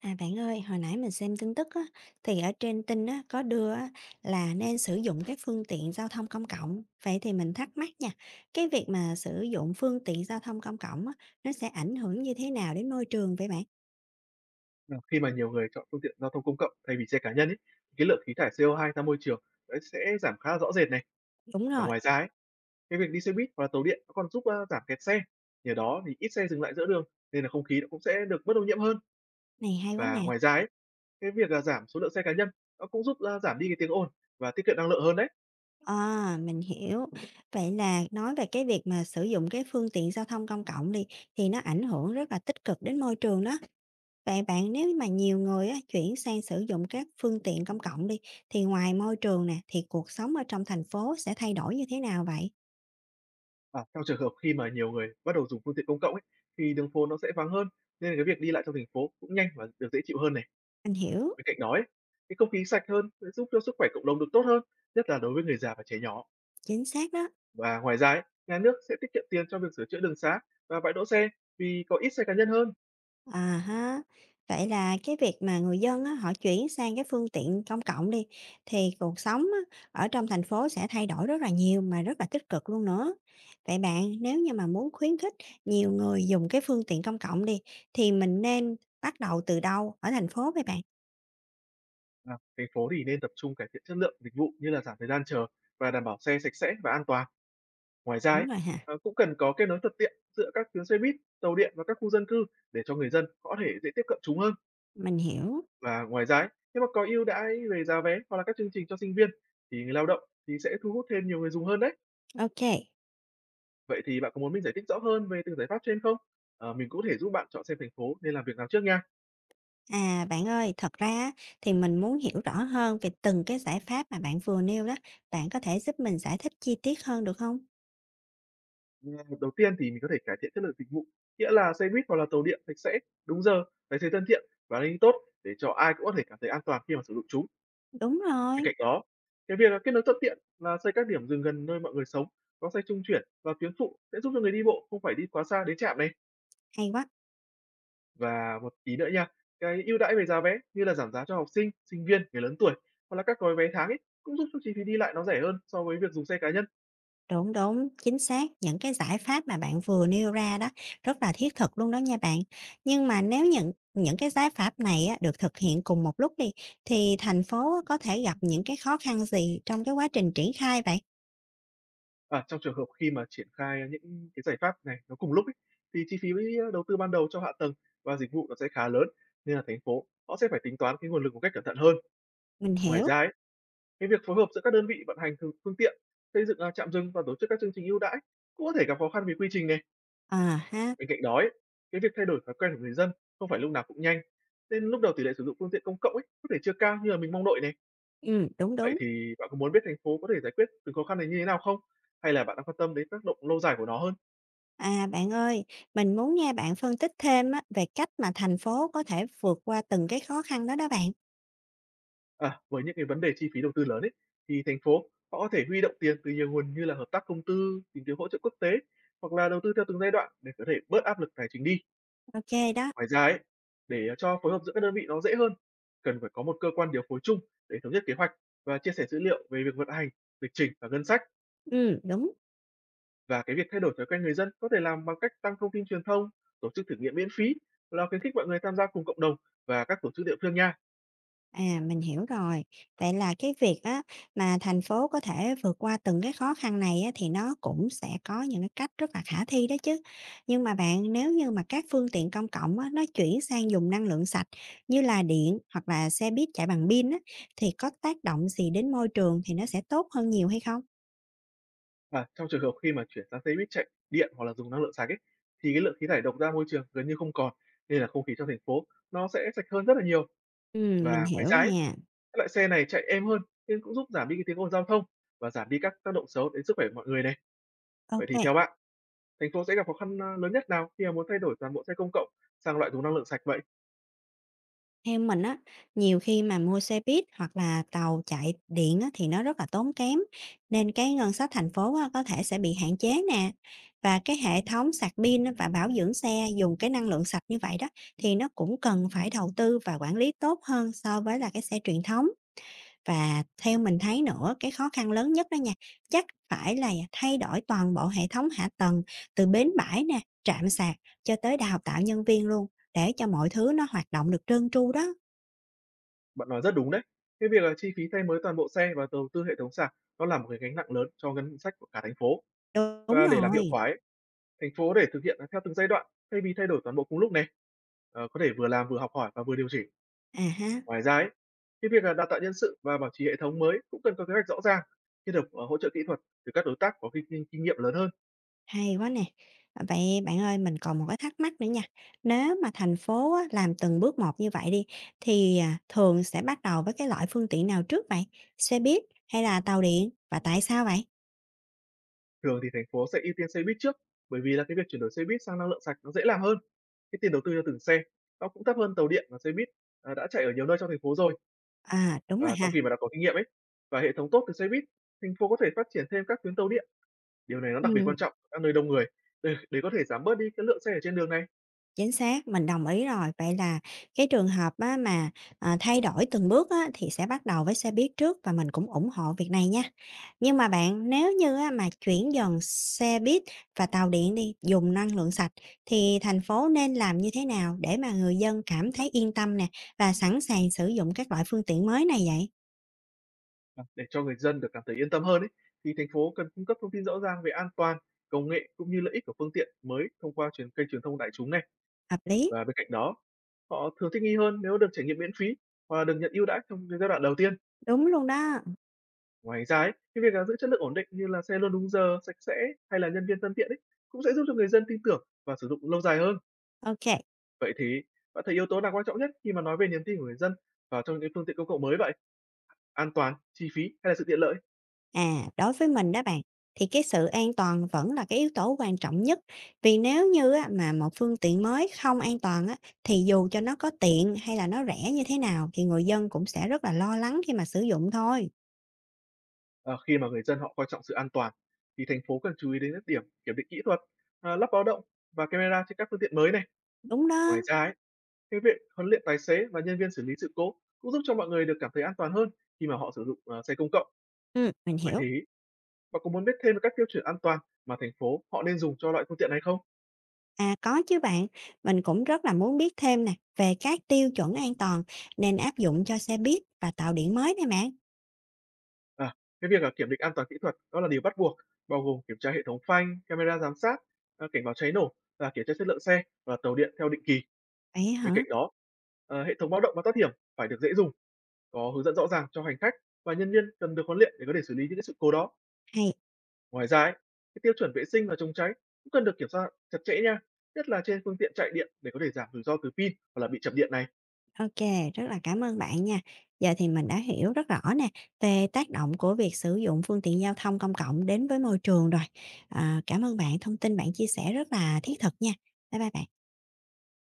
À, bạn ơi, hồi nãy mình xem tin tức á, thì ở trên tin á, có đưa á, là nên sử dụng các phương tiện giao thông công cộng. Vậy thì mình thắc mắc nha, cái việc mà sử dụng phương tiện giao thông công cộng á, nó sẽ ảnh hưởng như thế nào đến môi trường vậy bạn? Ờ, Khi mà nhiều người chọn phương tiện giao thông công cộng thay vì xe cá nhân ấy, cái lượng khí thải CO2 ra môi trường đấy sẽ giảm khá là rõ rệt này. Đúng Và rồi, ngoài ra ấy, cái việc đi xe buýt hoặc là tàu điện nó còn giúp giảm kẹt xe. Nhờ đó thì ít xe dừng lại giữa đường nên là không khí nó cũng sẽ được bớt ô nhiễm hơn. này hay quá Và nè. ngoài ra ấy, cái việc là giảm số lượng xe cá nhân nó cũng giúp giảm đi cái tiếng ồn và tiết kiệm năng lượng hơn đấy. À, mình hiểu. Vậy là nói về cái việc mà sử dụng cái phương tiện giao thông công cộng đi, thì nó ảnh hưởng rất là tích cực đến môi trường đó. Vậy bạn nếu mà nhiều người á, chuyển sang sử dụng các phương tiện công cộng đi, thì ngoài môi trường nè, thì cuộc sống ở trong thành phố sẽ thay đổi như thế nào vậy? Và trong trường hợp khi mà nhiều người bắt đầu dùng phương tiện công cộng ấy thì đường phố nó sẽ vắng hơn, nên là cái việc đi lại trong thành phố cũng nhanh và được dễ chịu hơn này. Anh hiểu, Bên cạnh đó ấy, cái không khí sạch hơn sẽ giúp cho sức khỏe cộng đồng được tốt hơn, nhất là đối với người già và trẻ nhỏ. chính xác đó. Và ngoài ra ấy, nhà nước sẽ tiết kiệm tiền cho việc sửa chữa đường xá và bãi đỗ xe vì có ít xe cá nhân hơn. À ha, vậy là cái việc mà người dân á, họ chuyển sang cái phương tiện công cộng đi, thì cuộc sống á, ở trong thành phố sẽ thay đổi rất là nhiều mà rất là tích cực luôn nữa. Vậy bạn nếu như mà muốn khuyến khích nhiều người dùng cái phương tiện công cộng đi, thì mình nên bắt đầu từ đâu ở thành phố vậy bạn? À, thành phố thì nên tập trung cải thiện chất lượng dịch vụ như là giảm thời gian chờ và đảm bảo xe sạch sẽ và an toàn. Ngoài ra ấy, Đúng rồi hả? Cũng cần có kết nối thuận tiện giữa các tuyến xe buýt, tàu điện và các khu dân cư để cho người dân có thể dễ tiếp cận chúng hơn. Mình hiểu. Và ngoài ra ấy, nếu mà có ưu đãi về giá vé hoặc là các chương trình cho sinh viên thì người lao động thì sẽ thu hút thêm nhiều người dùng hơn đấy. OK. Vậy thì bạn có muốn mình giải thích rõ hơn về từng giải pháp trên không? Mình cũng có thể giúp bạn chọn xem thành phố nên làm việc nào trước nha. À, bạn ơi, thật ra á thì mình muốn hiểu rõ hơn về từng cái giải pháp mà bạn vừa nêu đó, bạn có thể giúp mình giải thích chi tiết hơn được không? Ừm, Đầu tiên thì mình có thể cải thiện chất lượng dịch vụ, nghĩa là xe buýt hoặc là tàu điện sạch sẽ, đúng giờ, tài xế thân thiện và an ninh tốt để cho ai cũng có thể cảm thấy an toàn khi mà sử dụng chúng. Đúng Bên rồi, cạnh đó, cái việc là kết nối thuận tiện là xây các điểm dừng gần nơi mọi người sống, có xe trung chuyển và tuyến phụ sẽ giúp cho người đi bộ không phải đi quá xa đến trạm này. hay quá, Và một tí nữa nha, cái ưu đãi về giá vé như là giảm giá cho học sinh, sinh viên, người lớn tuổi hoặc là các gói vé tháng ấy cũng giúp cho chi phí đi lại nó rẻ hơn so với việc dùng xe cá nhân. đúng, đúng, chính xác, những cái giải pháp mà bạn vừa nêu ra đó rất là thiết thực luôn đó nha bạn. Nhưng mà nếu những cái giải pháp này á được thực hiện cùng một lúc đi, thì thành phố có thể gặp những cái khó khăn gì trong cái quá trình triển khai vậy? À, trong trường hợp khi mà triển khai những cái giải pháp này nó cùng lúc ấy, thì chi phí với đầu tư ban đầu cho hạ tầng và dịch vụ nó sẽ khá lớn, nên là thành phố họ sẽ phải tính toán cái nguồn lực một cách cẩn thận hơn. Mình Ngoài hiểu, ra ấy, cái việc phối hợp giữa các đơn vị vận hành phương tiện, xây dựng trạm dừng và tổ chức các chương trình ưu đãi cũng có thể gặp khó khăn về quy trình này. à ha, Bên cạnh đó ấy, cái việc thay đổi thói quen của người dân không phải lúc nào cũng nhanh, nên lúc đầu tỷ lệ sử dụng phương tiện công cộng ấy có thể chưa cao như là mình mong đợi này. Đúng, Vậy đúng. thì bạn có muốn biết thành phố có thể giải quyết từng khó khăn này như thế nào không? Hay là bạn đang quan tâm đến tác động lâu dài của nó hơn? À, bạn ơi, mình muốn nghe bạn phân tích thêm á, về cách mà thành phố có thể vượt qua từng cái khó khăn đó đó bạn. À, với những cái vấn đề chi phí đầu tư lớn ấy, thì thành phố họ có thể huy động tiền từ nhiều nguồn như là hợp tác công tư, tìm kiếm hỗ trợ quốc tế hoặc là đầu tư theo từng giai đoạn để có thể bớt áp lực tài chính đi. OK đó, Ngoài ra ấy, để cho phối hợp giữa các đơn vị nó dễ hơn, cần phải có một cơ quan điều phối chung để thống nhất kế hoạch và chia sẻ dữ liệu về việc vận hành, lịch trình và ngân sách. Đúng, Và cái việc thay đổi thói quen người dân có thể làm bằng cách tăng thông tin truyền thông, tổ chức thử nghiệm miễn phí, là khuyến khích mọi người tham gia cùng cộng đồng và các tổ chức địa phương nha. à, mình hiểu rồi. Vậy là cái việc á, mà thành phố có thể vượt qua từng cái khó khăn này á, thì nó cũng sẽ có những cái cách rất là khả thi đó chứ. Nhưng mà bạn, nếu như mà các phương tiện công cộng á, nó chuyển sang dùng năng lượng sạch như là điện hoặc là xe buýt chạy bằng pin á, thì có tác động gì đến môi trường thì nó sẽ tốt hơn nhiều hay không? À, trong trường hợp khi mà chuyển sang xe buýt chạy điện hoặc là dùng năng lượng sạch ấy, thì cái lượng khí thải độc ra môi trường gần như không còn, nên là không khí trong thành phố nó sẽ sạch hơn rất là nhiều. Mình Và ngoài hiểu ra ấy, nè. các loại xe này chạy êm hơn nên cũng giúp giảm đi cái tiếng ồn giao thông và giảm đi các tác động xấu đến sức khỏe mọi người này. Vậy thì OK. theo bạn, thành phố sẽ gặp khó khăn lớn nhất nào khi mà muốn thay đổi toàn bộ xe công cộng sang loại dùng năng lượng sạch vậy? Theo mình á, nhiều khi mà mua xe buýt hoặc là tàu chạy điện á, thì nó rất là tốn kém, nên cái ngân sách thành phố á, có thể sẽ bị hạn chế nè. Và cái hệ thống sạc pin á, và bảo dưỡng xe dùng cái năng lượng sạch như vậy đó, thì nó cũng cần phải đầu tư và quản lý tốt hơn so với là cái xe truyền thống. Và theo mình thấy nữa, cái khó khăn lớn nhất đó nha, chắc phải là thay đổi toàn bộ hệ thống hạ tầng từ bến bãi nè, trạm sạc cho tới đào tạo nhân viên luôn, để cho mọi thứ nó hoạt động được trơn tru đó. Bạn nói rất đúng đấy. Cái việc là chi phí thay mới toàn bộ xe và đầu tư hệ thống sạc nó là một cái gánh nặng lớn cho ngân sách của cả thành phố. Đúng Và để làm hiệu rồi, quả ấy, thành phố để thực hiện theo từng giai đoạn thay vì thay đổi toàn bộ cùng lúc này. Có thể vừa làm vừa học hỏi và vừa điều chỉnh. à ha, Ngoài ra ấy, cái việc, là đào tạo nhân sự và bảo trì hệ thống mới cũng cần có kế hoạch rõ ràng, kết hợp, hỗ trợ kỹ thuật từ các đối tác có kinh kinh kinh nghiệm lớn hơn. hay quá nè. À, vậy bạn ơi, mình còn một cái thắc mắc nữa nha. Nếu mà thành phố á, làm từng bước một như vậy đi, thì, à, thường sẽ bắt đầu với cái loại phương tiện nào trước vậy? Xe buýt hay là tàu điện, và tại sao vậy? Thường thì thành phố sẽ ưu tiên xe buýt trước, bởi vì là cái việc chuyển đổi xe buýt sang năng lượng sạch nó dễ làm hơn. Cái tiền đầu tư cho từng xe nó cũng thấp hơn tàu điện, và xe buýt đã chạy ở nhiều nơi trong thành phố rồi. À, đúng rồi Và ha. sau khi mà đã có kinh nghiệm ấy, và hệ thống tốt từ xe buýt, thành phố có thể phát triển thêm các tuyến tàu điện, điều này nó đặc biệt Ừm. quan trọng ở các nơi đông người, để có thể giảm bớt đi cái lượng xe ở trên đường này. Chính xác, mình đồng ý rồi. Vậy là cái trường hợp á mà, à, thay đổi từng bước á thì sẽ bắt đầu với xe buýt trước và mình cũng ủng hộ việc này nha. Nhưng mà bạn, nếu như á mà chuyển dần xe buýt và tàu điện đi, dùng năng lượng sạch thì thành phố nên làm như thế nào để mà người dân cảm thấy yên tâm nè và sẵn sàng sử dụng các loại phương tiện mới này vậy? Ờ, để cho người dân được cảm thấy yên tâm hơn ấy, thì thành phố cần cung cấp thông tin rõ ràng về an toàn, công nghệ cũng như lợi ích của phương tiện mới thông qua kênh truyền thông đại chúng này. Hợp lý, Và bên cạnh đó, họ thường thích nghi hơn nếu được trải nghiệm miễn phí hoặc là được nhận ưu đãi trong cái giai đoạn đầu tiên. đúng luôn đó. Ngoài ra ấy, cái việc là giữ chất lượng ổn định như là xe luôn đúng giờ, sạch sẽ hay là nhân viên thân thiện ấy cũng sẽ giúp cho người dân tin tưởng và sử dụng lâu dài hơn. OK. Vậy thì bạn thấy yếu tố nào quan trọng nhất khi mà nói về niềm tin của người dân vào trong những phương tiện công cộng mới vậy? An toàn, chi phí hay là sự tiện lợi? À, đối với mình đó bạn, thì cái sự an toàn vẫn là cái yếu tố quan trọng nhất. Vì nếu như á, mà một phương tiện mới không an toàn á, thì dù cho nó có tiện hay là nó rẻ như thế nào thì người dân cũng sẽ rất là lo lắng khi mà sử dụng thôi. Ờ, Khi mà người dân họ coi trọng sự an toàn thì thành phố cần chú ý đến các điểm kiểm định kỹ thuật, lắp báo động và camera trên các phương tiện mới này. Đúng đó. Ngoài ra ấy, cái việc huấn luyện tài xế và nhân viên xử lý sự cố cũng giúp cho mọi người được cảm thấy an toàn hơn khi mà họ sử dụng xe công cộng. Ừ, mình Vậy hiểu. thì bạn có muốn biết thêm về các tiêu chuẩn an toàn mà thành phố họ nên dùng cho loại phương tiện này không? À, có chứ bạn, mình cũng rất là muốn biết thêm nè về các tiêu chuẩn an toàn nên áp dụng cho xe buýt và tàu điện mới này bạn. À, cái việc là kiểm định an toàn kỹ thuật đó là điều bắt buộc, bao gồm kiểm tra hệ thống phanh, camera giám sát, cảnh báo cháy nổ và kiểm tra chất lượng xe và tàu điện theo định kỳ. Vậy Bên hả? cạnh đó, hệ thống báo động và thoát hiểm phải được dễ dùng, có hướng dẫn rõ ràng cho hành khách, và nhân viên cần được huấn luyện để có thể xử lý những cái sự cố đó. Hay. Ngoài ra ấy, cái tiêu chuẩn vệ sinh và chống cháy cũng cần được kiểm soát chặt chẽ nha, nhất là trên phương tiện chạy điện để có thể giảm rủi ro từ pin hoặc là bị chập điện này. OK, rất là cảm ơn bạn nha. Giờ thì mình đã hiểu rất rõ nè, về tác động của việc sử dụng phương tiện giao thông công cộng đến với môi trường rồi. À, cảm ơn bạn, thông tin bạn chia sẻ rất là thiết thực nha. Bye bye bạn.